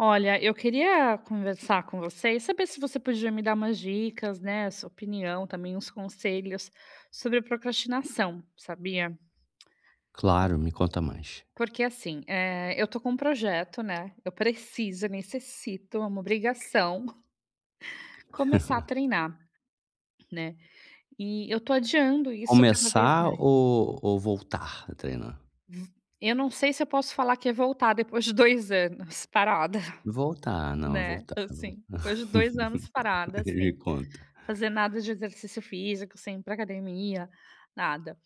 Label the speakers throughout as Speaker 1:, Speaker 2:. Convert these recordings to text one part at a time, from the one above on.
Speaker 1: Olha, eu queria conversar com você e saber se você podia me dar umas dicas, né, sua opinião, também uns conselhos sobre procrastinação, sabia?
Speaker 2: Claro, me conta mais.
Speaker 1: Porque assim, eu tô com um projeto, né? Eu preciso, necessito, é uma obrigação começar a treinar, né? E eu tô adiando isso cada vez
Speaker 2: Começar
Speaker 1: mais.
Speaker 2: ou voltar a treinar?
Speaker 1: Eu não sei se eu posso falar que é voltar depois de 2 anos parada,
Speaker 2: Voltar, não,
Speaker 1: né?
Speaker 2: voltar,
Speaker 1: Assim,
Speaker 2: voltar.
Speaker 1: depois de 2 anos parada,
Speaker 2: Me
Speaker 1: assim.
Speaker 2: conta.
Speaker 1: Fazer nada de exercício físico, sem ir pra academia, nada.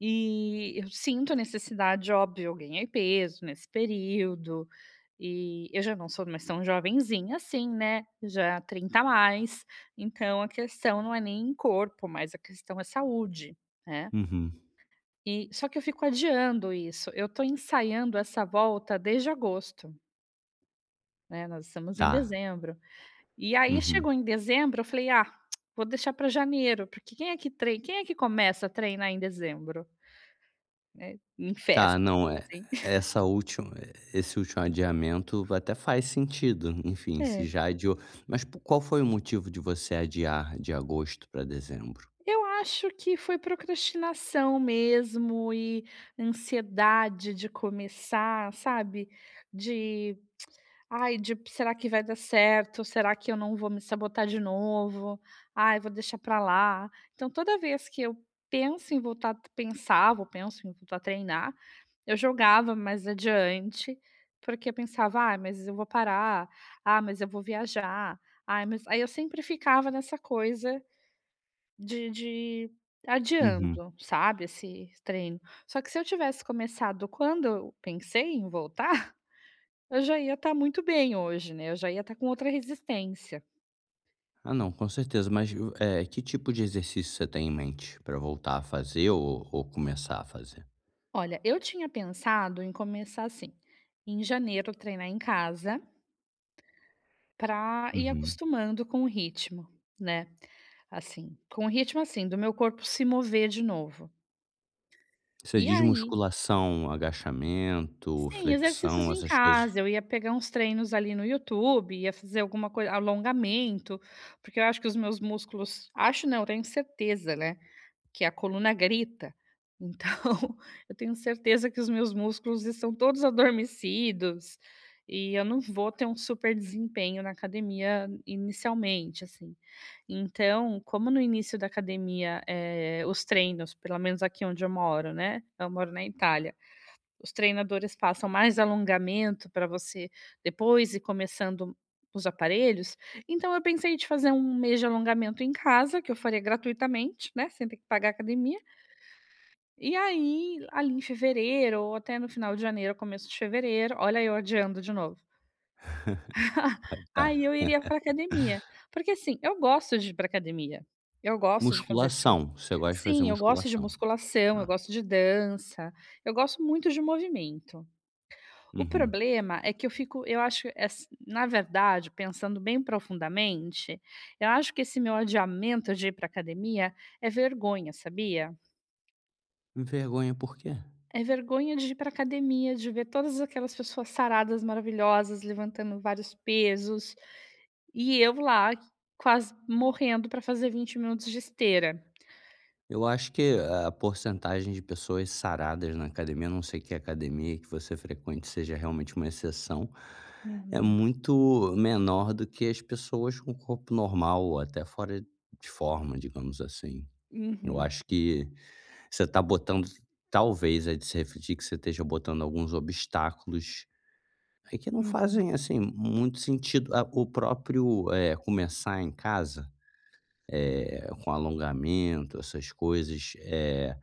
Speaker 1: E eu sinto a necessidade, óbvio, eu ganhei peso nesse período, e eu já não sou mais tão jovenzinha assim, né, já 30 a mais, então a questão não é nem corpo, mas a questão é saúde, né.
Speaker 2: Uhum.
Speaker 1: E só que eu fico adiando isso, eu tô ensaiando essa volta desde agosto, né, nós estamos em
Speaker 2: Tá.
Speaker 1: dezembro. E aí
Speaker 2: Uhum.
Speaker 1: chegou em dezembro, eu falei: "Ah, vou deixar para janeiro", porque quem é que começa a treinar em dezembro, né, em
Speaker 2: Tá,
Speaker 1: festas,
Speaker 2: não, é.
Speaker 1: assim.
Speaker 2: Essa última Esse último adiamento até faz sentido, enfim, se
Speaker 1: É.
Speaker 2: já adiou, mas po qual foi o motivo de você adiar de agosto para dezembro?
Speaker 1: Eu acho que foi procrastinação mesmo e ansiedade de começar, sabe, de Ai, de será que vai dar certo? Será que eu não vou me sabotar de novo? Ai, vou deixar pra lá. Então, toda vez que eu penso em voltar a treinar, eu jogava mais adiante, porque eu pensava: "Ai, mas eu vou parar. Ah, mas eu vou viajar. Ai, mas" aí eu sempre ficava nessa coisa de
Speaker 2: Uhum.
Speaker 1: adiando, sabe, esse treino. Só que se eu tivesse começado quando eu pensei em voltar eu já ia estar muito bem hoje, né, eu já ia estar com outra resistência.
Speaker 2: Ah, não, com certeza, mas o que tipo de exercício você tem em mente para voltar a fazer ou começar a fazer?
Speaker 1: Olha, eu tinha pensado em começar assim, em janeiro treinar em casa, para ir
Speaker 2: Uhum.
Speaker 1: acostumando com o ritmo, né, assim, com o ritmo, assim, do meu corpo se mover de novo.
Speaker 2: Você
Speaker 1: E
Speaker 2: diz
Speaker 1: aí
Speaker 2: musculação, agachamento,
Speaker 1: sim, exercícios
Speaker 2: flexão,
Speaker 1: em
Speaker 2: essas coisas?
Speaker 1: casa, eu ia pegar uns treinos ali no YouTube, ia fazer alguma coisa, alongamento, porque eu acho que os meus músculos acho não, tenho certeza, né, que a coluna grita. Então, eu tenho certeza que os meus músculos estão todos adormecidos e eu não vou ter um super desempenho na academia inicialmente, assim. Então, como no início da academia, os treinos, pelo menos aqui onde eu moro, né? Eu moro na Itália, os treinadores passam mais alongamento para você depois e começando os aparelhos. Então eu pensei de fazer um mês de alongamento em casa, que eu faria gratuitamente, né, sem ter que pagar a academia. E aí, ali em fevereiro ou até no final de janeiro, começo de fevereiro, olha eu adiando de novo.
Speaker 2: Ah, tá.
Speaker 1: Aí eu iria
Speaker 2: É,
Speaker 1: para academia, porque assim, eu gosto de ir para academia. Eu gosto de fazer atividade.
Speaker 2: musculação, você gosta de fazer
Speaker 1: Sim, eu gosto de
Speaker 2: musculação.
Speaker 1: musculação, eu
Speaker 2: Tá.
Speaker 1: gosto de dança, eu gosto muito de movimento. O
Speaker 2: Uhum.
Speaker 1: problema é que eu fico eu acho, ass na verdade, pensando bem profundamente, eu acho que esse meu adiamento de ir para academia é vergonha, sabia?
Speaker 2: Vergonha por quê?
Speaker 1: É vergonha de ir para academia, de ver todas aquelas pessoas saradas, maravilhosas, levantando vários pesos, e eu lá quase morrendo para fazer 20 minutos de esteira.
Speaker 2: Eu acho que a porcentagem de pessoas saradas na academia, a não sei, que a academia que você frequente seja realmente uma exceção, é
Speaker 1: Uhum,
Speaker 2: muito menor do que as pessoas com corpo normal ou até fora de forma, digamos assim. Eu
Speaker 1: uhum,
Speaker 2: acho que Você está botando Talvez, é de se refletir que você esteja botando alguns obstáculos, aí, que não
Speaker 1: uhum,
Speaker 2: fazem, assim, muito sentido. Ah, o próprio, começar em casa, com alongamento, essas coisas,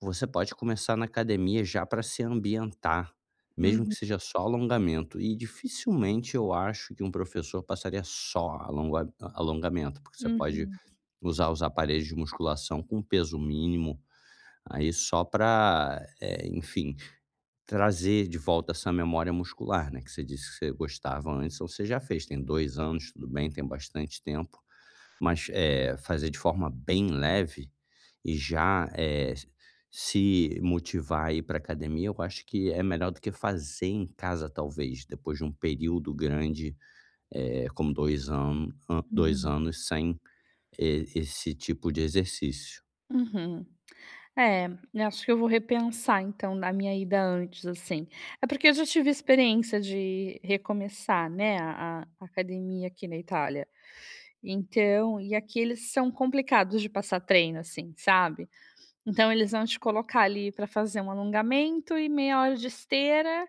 Speaker 2: você pode começar na academia já para se ambientar, mesmo que
Speaker 1: uhum,
Speaker 2: seja só alongamento. E dificilmente eu acho que um professor passaria só alongamento, porque você pode
Speaker 1: uhum,
Speaker 2: usar os aparelhos de musculação com peso mínimo, aí só para, enfim, trazer de volta essa memória muscular, né, que você disse que você gostava antes, ou você já fez, tem 2 anos, tudo bem, tem bastante tempo, mas, fazer de forma bem leve e já, se motivar a ir para academia, eu acho que é melhor do que fazer em casa talvez, depois de um período grande, é como 2 anos, 2
Speaker 1: uhum,
Speaker 2: anos sem e esse tipo de exercício.
Speaker 1: uhum. É, eu acho que eu vou repensar então na minha ida antes, assim. É porque eu já tive experiência de recomeçar, né, a academia aqui na Itália. Então e aqui eles são complicados de passar treino, assim, sabe. Então eles vão te colocar ali para fazer um alongamento e meia hora de esteira,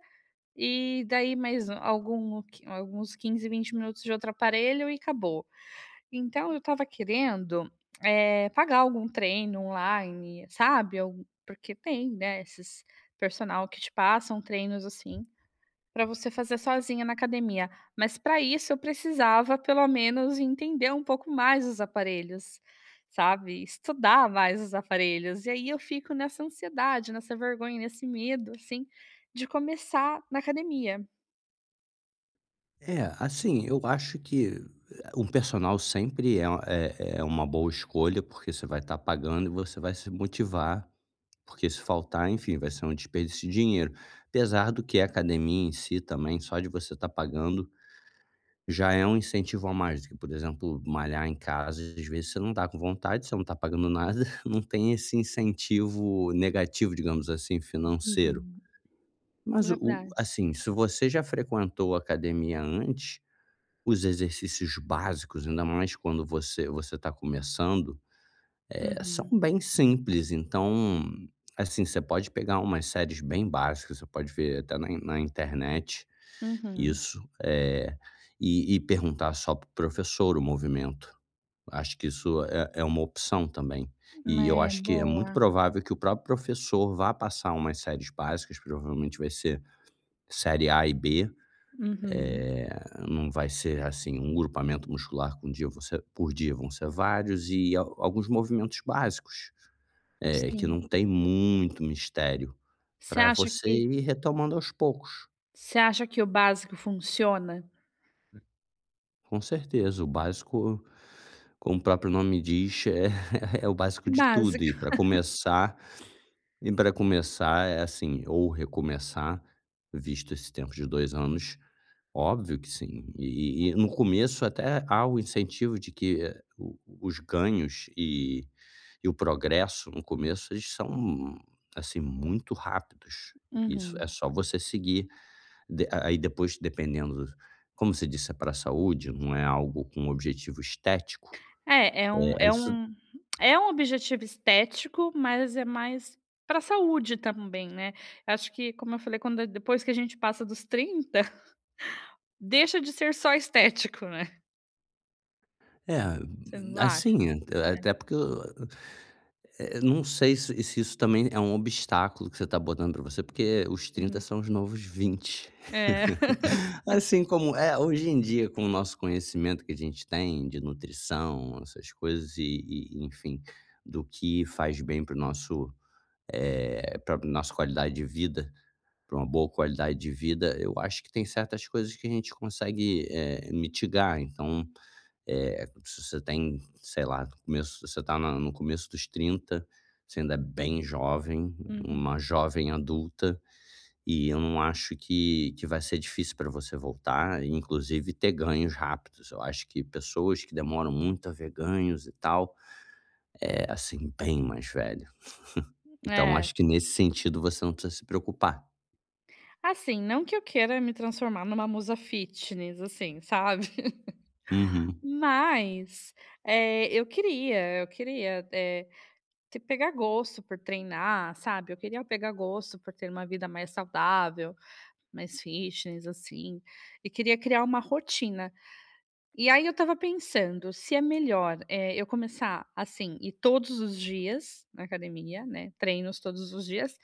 Speaker 1: e daí mais algum alguns 15, 20 minutos de outro aparelho e acabou. Então eu estava querendo, pagar algum treino online, sabe, algum porque tem, né, esses personal que te passam treinos, assim, pra você fazer sozinha na academia, mas pra isso eu precisava pelo menos entender um pouco mais os aparelhos, sabe, estudar mais os aparelhos, e aí eu fico nessa ansiedade, nessa vergonha, nesse medo, assim, de começar na academia.
Speaker 2: É, assim, eu acho que um personal sempre é uma boa escolha, porque você vai estar pagando e você vai se motivar, porque se faltar, enfim, vai ser um desperdício de dinheiro. Apesar do que a academia em si também, só de você estar pagando, já é um incentivo a mais do que, por exemplo, malhar em casa, às vezes você não está com vontade, você não está pagando nada, não tem esse incentivo negativo, digamos assim, financeiro.
Speaker 1: Uhum,
Speaker 2: Mas
Speaker 1: verdade.
Speaker 2: assim, se você já frequentou academia antes, os exercícios básicos, ainda mais quando você está começando, são
Speaker 1: Uhum,
Speaker 2: bem simples, então, assim, você pode pegar umas séries bem básicas, você pode ver até na internet
Speaker 1: uhum.
Speaker 2: isso, e perguntar só para o professor o movimento. Acho que isso é uma opção também. E eu
Speaker 1: É,
Speaker 2: acho que é muito
Speaker 1: boa.
Speaker 2: provável que o próprio professor vá passar umas séries básicas, provavelmente vai ser série A e B.
Speaker 1: Uhum,
Speaker 2: Não vai ser assim um grupamento muscular com dia você por dia, vão ser vários e al alguns movimentos básicos, que não
Speaker 1: sim.
Speaker 2: tem muito mistério,
Speaker 1: Você
Speaker 2: para
Speaker 1: acha
Speaker 2: você
Speaker 1: que
Speaker 2: ir retomando aos poucos.
Speaker 1: Você acha que o básico funciona?
Speaker 2: Com certeza, o básico, como o próprio nome diz, é é o básico de tudo, e
Speaker 1: Básico.
Speaker 2: para começar é assim, ou recomeçar, visto esse tempo de 2 anos. Óbvio que sim. E no começo até há o incentivo de que, o os ganhos e o progresso no começo eles são, assim, muito rápidos. Isso, é
Speaker 1: Uhum.
Speaker 2: só você seguir, de aí depois, dependendo, como você disse, é para a saúde, não é algo com um objetivo estético,
Speaker 1: É,
Speaker 2: é isso.
Speaker 1: é um objetivo estético, mas é mais pra saúde também, né. Acho que, como eu falei, quando depois que a gente passa dos 30 deixa de ser só estético, né.
Speaker 2: É,
Speaker 1: Você não acha?
Speaker 2: assim, até porque eu, não sei se isso também é um obstáculo que você está botando para você, porque os 30
Speaker 1: Uhum.
Speaker 2: são os novos 20.
Speaker 1: É.
Speaker 2: Assim como é, hoje em dia, com o nosso conhecimento que a gente tem de nutrição, essas coisas e enfim, do que faz bem para nosso, para nossa qualidade de vida, para uma boa qualidade de vida, eu acho que tem certas coisas que a gente consegue, mitigar. Então, se você tem, sei lá, no começo, você está no começo dos 30, você ainda é bem jovem,
Speaker 1: Uhum.
Speaker 2: uma jovem adulta, e eu não acho que vai ser difícil para você voltar e inclusive ter ganhos rápidos. Eu acho que pessoas que demoram muito a ver ganhos e tal, é, assim, bem mais velho. Então
Speaker 1: É.
Speaker 2: acho que nesse sentido você não precisa se preocupar.
Speaker 1: Assim, não que eu queira me transformar numa musa fitness, assim, sabe.
Speaker 2: Uhum,
Speaker 1: Mas, eu queria te pegar gosto por treinar, sabe, eu queria pegar gosto por ter uma vida mais saudável, mais fitness, assim, e queria criar uma rotina. E aí eu estava pensando, se é melhor, eu começar, assim, ir todos os dias na academia, né, treinos todos os dias,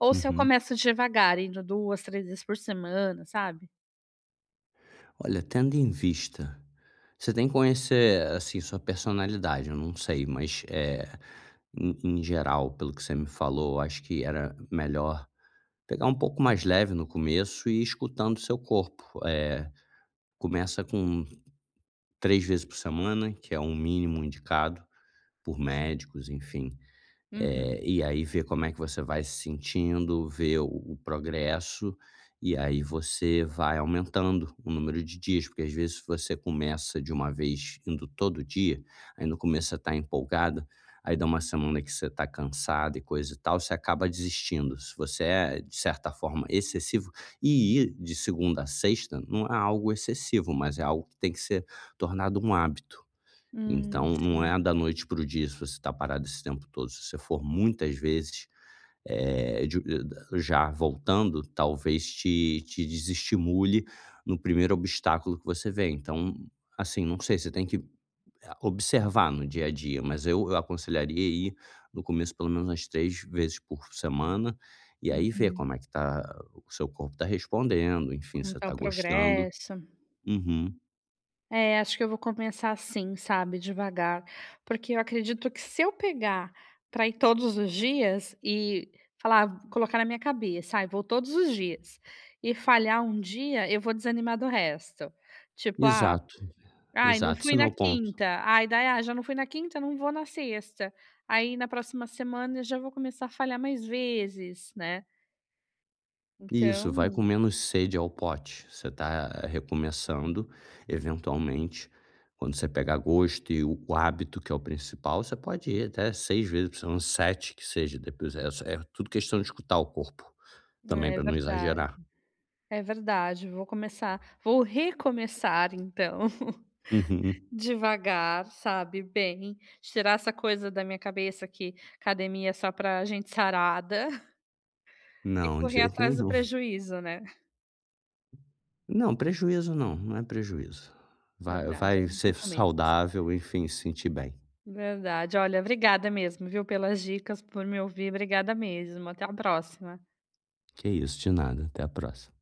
Speaker 1: ou se eu
Speaker 2: uhum.
Speaker 1: começo devagar, indo 2, 3 vezes por semana, sabe?
Speaker 2: Olha, tendo em vista, você tem que conhecer, assim, sua personalidade, eu não sei, mas, é em geral, pelo que você me falou, eu acho que era melhor pegar um pouco mais leve no começo e ir escutando seu corpo. É. Começa com 3 vezes por semana, que é um mínimo indicado por médicos, enfim. Eh,
Speaker 1: Uhum.
Speaker 2: e aí ver como é que você vai se sentindo, ver o progresso, e aí você vai aumentando o número de dias, porque às vezes você começa de uma vez indo todo dia, aí no começo você tá empolgada, aí dá uma semana que você está cansado e coisa e tal, você acaba desistindo. Se você é, de certa forma, excessivo, e ir de segunda a sexta não é algo excessivo, mas é algo que tem que ser tornado um hábito. Então, não
Speaker 1: Sim.
Speaker 2: é da noite para o dia se você está parado esse tempo todo. Se você for muitas vezes, de já voltando, talvez te te desestimule no primeiro obstáculo que você vê. Então, assim, não sei, você tem que observar no dia a dia, mas eu aconselharia ir no começo pelo menos umas 3 vezes por semana, e aí ver
Speaker 1: Uhum.
Speaker 2: como é que tá o seu corpo está respondendo, enfim, se
Speaker 1: Como
Speaker 2: você
Speaker 1: está
Speaker 2: tá
Speaker 1: o
Speaker 2: gostando.
Speaker 1: progresso.
Speaker 2: Uhum.
Speaker 1: É, acho que eu vou começar assim, sabe, devagar, porque eu acredito que se eu pegar para ir todos os dias e falar colocar na minha cabeça: "Ai, vou todos os dias", e falhar um dia, eu vou desanimar do resto. Tipo: "Ah,
Speaker 2: Exato,
Speaker 1: ai, não
Speaker 2: exato. Esse
Speaker 1: fui
Speaker 2: é o
Speaker 1: na
Speaker 2: meu ponto.
Speaker 1: quinta", ai, daí: "Ah, já não fui na quinta, não vou na sexta". Aí na próxima semana eu já vou começar a falhar mais vezes, né.
Speaker 2: Isso, vai com
Speaker 1: Então
Speaker 2: menos sede ao pote. Você está recomeçando, eventualmente, quando você pegar gosto e o hábito, que é o principal, você pode ir até 6 vezes por semana, 7 que seja, depois é tudo questão de escutar o corpo, também
Speaker 1: é
Speaker 2: para não
Speaker 1: verdade,
Speaker 2: exagerar.
Speaker 1: é verdade, vou recomeçar então.
Speaker 2: Uhum.
Speaker 1: Devagar, sabe, bem, tirar essa coisa da minha cabeça que academia é só pra gente sarada e
Speaker 2: Não, de
Speaker 1: correr
Speaker 2: jeito
Speaker 1: atrás do
Speaker 2: nenhum.
Speaker 1: prejuízo, né.
Speaker 2: Não, prejuízo não, não é prejuízo. Vai
Speaker 1: Verdade,
Speaker 2: vai
Speaker 1: eu
Speaker 2: ser
Speaker 1: recomendo.
Speaker 2: saudável, enfim, se sentir bem.
Speaker 1: Verdade. Olha, obrigada mesmo, viu, pelas dicas, por me ouvir. Obrigada mesmo. Até a próxima.
Speaker 2: Que isso, de nada, até a próxima.